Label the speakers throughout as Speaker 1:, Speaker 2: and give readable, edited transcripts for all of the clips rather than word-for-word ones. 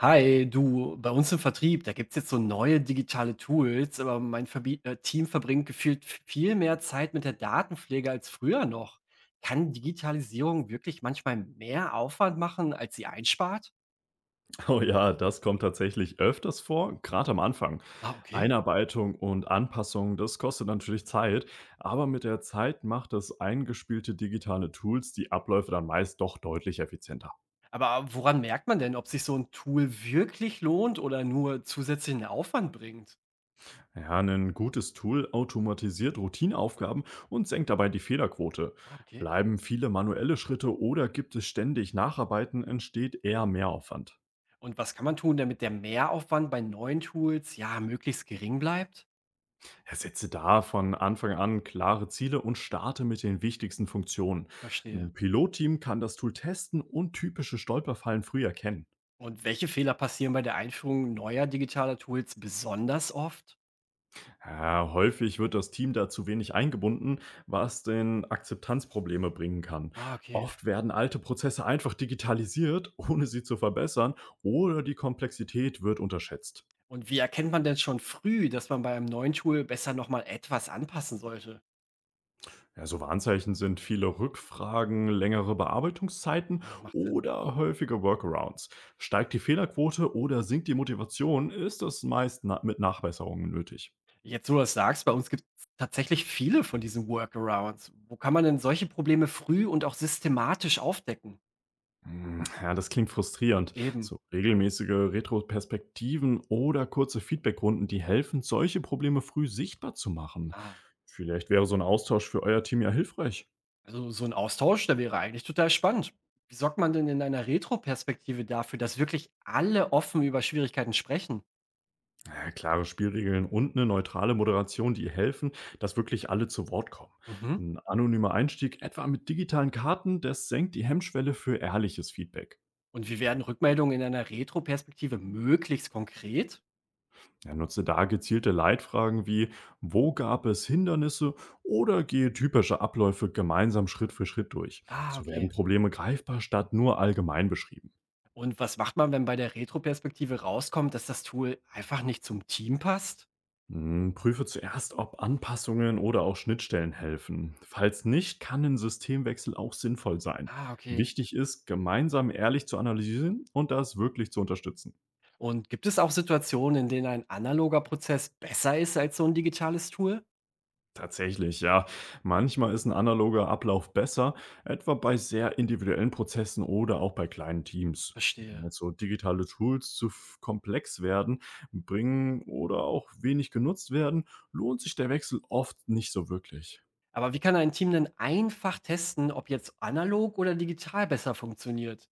Speaker 1: Hi, du, bei uns im Vertrieb, da gibt's jetzt so neue digitale Tools, aber mein Verbi Team verbringt gefühlt viel mehr Zeit mit der Datenpflege als früher noch. Kann Digitalisierung wirklich manchmal mehr Aufwand machen, als sie einspart?
Speaker 2: Oh ja, das kommt tatsächlich öfters vor, gerade am Anfang.
Speaker 1: Ah, okay.
Speaker 2: Einarbeitung und Anpassung, das kostet natürlich Zeit, aber mit der Zeit macht es eingespielte digitale Tools die Abläufe dann meist doch deutlich effizienter.
Speaker 1: Aber woran merkt man denn, ob sich so ein Tool wirklich lohnt oder nur zusätzlichen Aufwand bringt?
Speaker 2: Ja, ein gutes Tool automatisiert Routineaufgaben und senkt dabei die Fehlerquote.
Speaker 1: Ah, okay.
Speaker 2: Bleiben viele manuelle Schritte oder gibt es ständig Nacharbeiten, entsteht eher Mehraufwand.
Speaker 1: Und was kann man tun, damit der Mehraufwand bei neuen Tools ja möglichst gering bleibt?
Speaker 2: Ja, setze da von Anfang an klare Ziele und starte mit den wichtigsten Funktionen.
Speaker 1: Verstehe.
Speaker 2: Ein Pilotteam kann das Tool testen und typische Stolperfallen früh erkennen.
Speaker 1: Und welche Fehler passieren bei der Einführung neuer digitaler Tools besonders oft?
Speaker 2: Ja, häufig wird das Team da zu wenig eingebunden, was den Akzeptanzprobleme bringen kann.
Speaker 1: Ah, okay.
Speaker 2: Oft werden alte Prozesse einfach digitalisiert, ohne sie zu verbessern, oder die Komplexität wird unterschätzt.
Speaker 1: Und wie erkennt man denn schon früh, dass man bei einem neuen Tool besser nochmal etwas anpassen sollte?
Speaker 2: Ja, so Warnzeichen sind viele Rückfragen, längere Bearbeitungszeiten
Speaker 1: Ja, macht Sinn.
Speaker 2: oder häufige Workarounds. Steigt die Fehlerquote oder sinkt die Motivation, ist es meist na mit Nachbesserungen nötig.
Speaker 1: Jetzt, wo du das sagst, bei uns gibt es tatsächlich viele von diesen Workarounds. Wo kann man denn solche Probleme früh und auch systematisch aufdecken?
Speaker 2: Hm, ja, das klingt frustrierend.
Speaker 1: Eben.
Speaker 2: So regelmäßige Retroperspektiven oder kurze Feedbackrunden, die helfen, solche Probleme früh sichtbar zu machen.
Speaker 1: Ah,
Speaker 2: Vielleicht wäre so ein Austausch für euer Team ja hilfreich.
Speaker 1: also so ein Austausch, der wäre eigentlich total spannend. Wie sorgt man denn in einer Retro-Perspektive dafür, dass wirklich alle offen über Schwierigkeiten sprechen?
Speaker 2: Ja, klare Spielregeln und eine neutrale Moderation, die helfen, dass wirklich alle zu Wort kommen.
Speaker 1: Mhm.
Speaker 2: Ein anonymer Einstieg, etwa mit digitalen Karten, das senkt die Hemmschwelle für ehrliches Feedback.
Speaker 1: Und wie werden Rückmeldungen in einer Retroperspektive möglichst konkret?
Speaker 2: Ja, nutze da gezielte Leitfragen wie: „Wo gab es Hindernisse?“ oder gehe typische Abläufe gemeinsam Schritt für Schritt durch.
Speaker 1: Ah,
Speaker 2: So werden
Speaker 1: okay.
Speaker 2: Probleme greifbar statt nur allgemein beschrieben.
Speaker 1: Und was macht man, wenn bei der Retroperspektive rauskommt, dass das Tool einfach nicht zum Team passt?
Speaker 2: Hm, prüfe zuerst, ob Anpassungen oder auch Schnittstellen helfen. Falls nicht, kann ein Systemwechsel auch sinnvoll sein.
Speaker 1: Ah, okay.
Speaker 2: Wichtig ist, gemeinsam ehrlich zu analysieren und das wirklich zu unterstützen.
Speaker 1: Und gibt es auch Situationen, in denen ein analoger Prozess besser ist als so ein digitales Tool?
Speaker 2: Tatsächlich, ja. Manchmal ist ein analoger Ablauf besser, etwa bei sehr individuellen Prozessen oder auch bei kleinen Teams. Wenn
Speaker 1: Verstehe.
Speaker 2: jetzt so digitale Tools zu komplex werden, bringen oder auch wenig genutzt werden, lohnt sich der Wechsel oft nicht so wirklich.
Speaker 1: Aber wie kann ein Team denn einfach testen, ob jetzt analog oder digital besser funktioniert?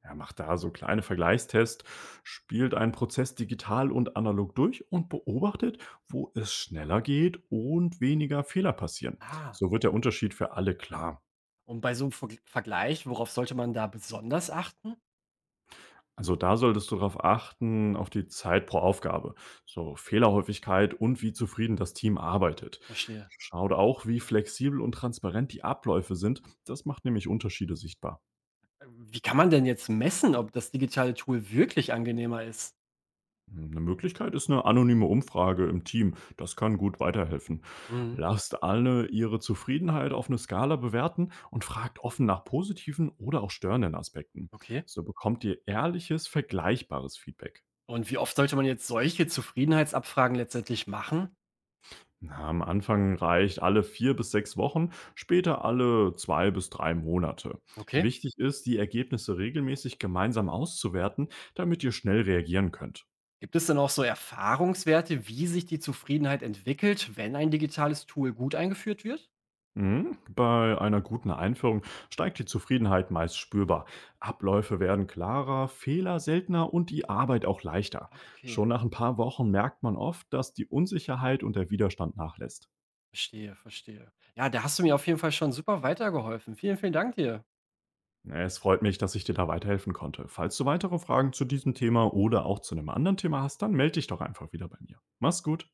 Speaker 2: Er macht da so kleine Vergleichstests, spielt einen Prozess digital und analog durch und beobachtet, wo es schneller geht und weniger Fehler passieren.
Speaker 1: Ah,
Speaker 2: So wird der Unterschied für alle klar.
Speaker 1: und bei so einem Vergleich, worauf sollte man da besonders achten?
Speaker 2: Also da solltest du darauf achten, auf die Zeit pro Aufgabe, so Fehlerhäufigkeit und wie zufrieden das Team arbeitet.
Speaker 1: Verstehe.
Speaker 2: Schaut auch, wie flexibel und transparent die Abläufe sind. Das macht nämlich Unterschiede sichtbar.
Speaker 1: Wie kann man denn jetzt messen, ob das digitale Tool wirklich angenehmer ist?
Speaker 2: Eine Möglichkeit ist eine anonyme Umfrage im Team. Das kann gut weiterhelfen.
Speaker 1: Mhm.
Speaker 2: Lasst alle ihre Zufriedenheit auf eine Skala bewerten und fragt offen nach positiven oder auch störenden Aspekten.
Speaker 1: Okay.
Speaker 2: So bekommt ihr ehrliches, vergleichbares Feedback.
Speaker 1: Und wie oft sollte man jetzt solche Zufriedenheitsabfragen letztendlich machen?
Speaker 2: Na, am Anfang reicht alle 4 bis 6 Wochen, später alle 2 bis 3 Monate.
Speaker 1: Okay.
Speaker 2: Wichtig ist, die Ergebnisse regelmäßig gemeinsam auszuwerten, damit ihr schnell reagieren könnt.
Speaker 1: Gibt es denn auch so Erfahrungswerte, wie sich die Zufriedenheit entwickelt, wenn ein digitales Tool gut eingeführt wird?
Speaker 2: Mhm. Bei einer guten Einführung steigt die Zufriedenheit meist spürbar. Abläufe werden klarer, Fehler seltener und die Arbeit auch leichter.
Speaker 1: Ah, okay.
Speaker 2: Schon nach ein paar Wochen merkt man oft, dass die Unsicherheit und der Widerstand nachlässt.
Speaker 1: Verstehe, verstehe. Ja, da hast du mir auf jeden Fall schon super weitergeholfen. Vielen, vielen Dank dir.
Speaker 2: Es freut mich, dass ich dir da weiterhelfen konnte. Falls du weitere Fragen zu diesem Thema oder auch zu einem anderen Thema hast, dann melde dich doch einfach wieder bei mir. Mach's gut.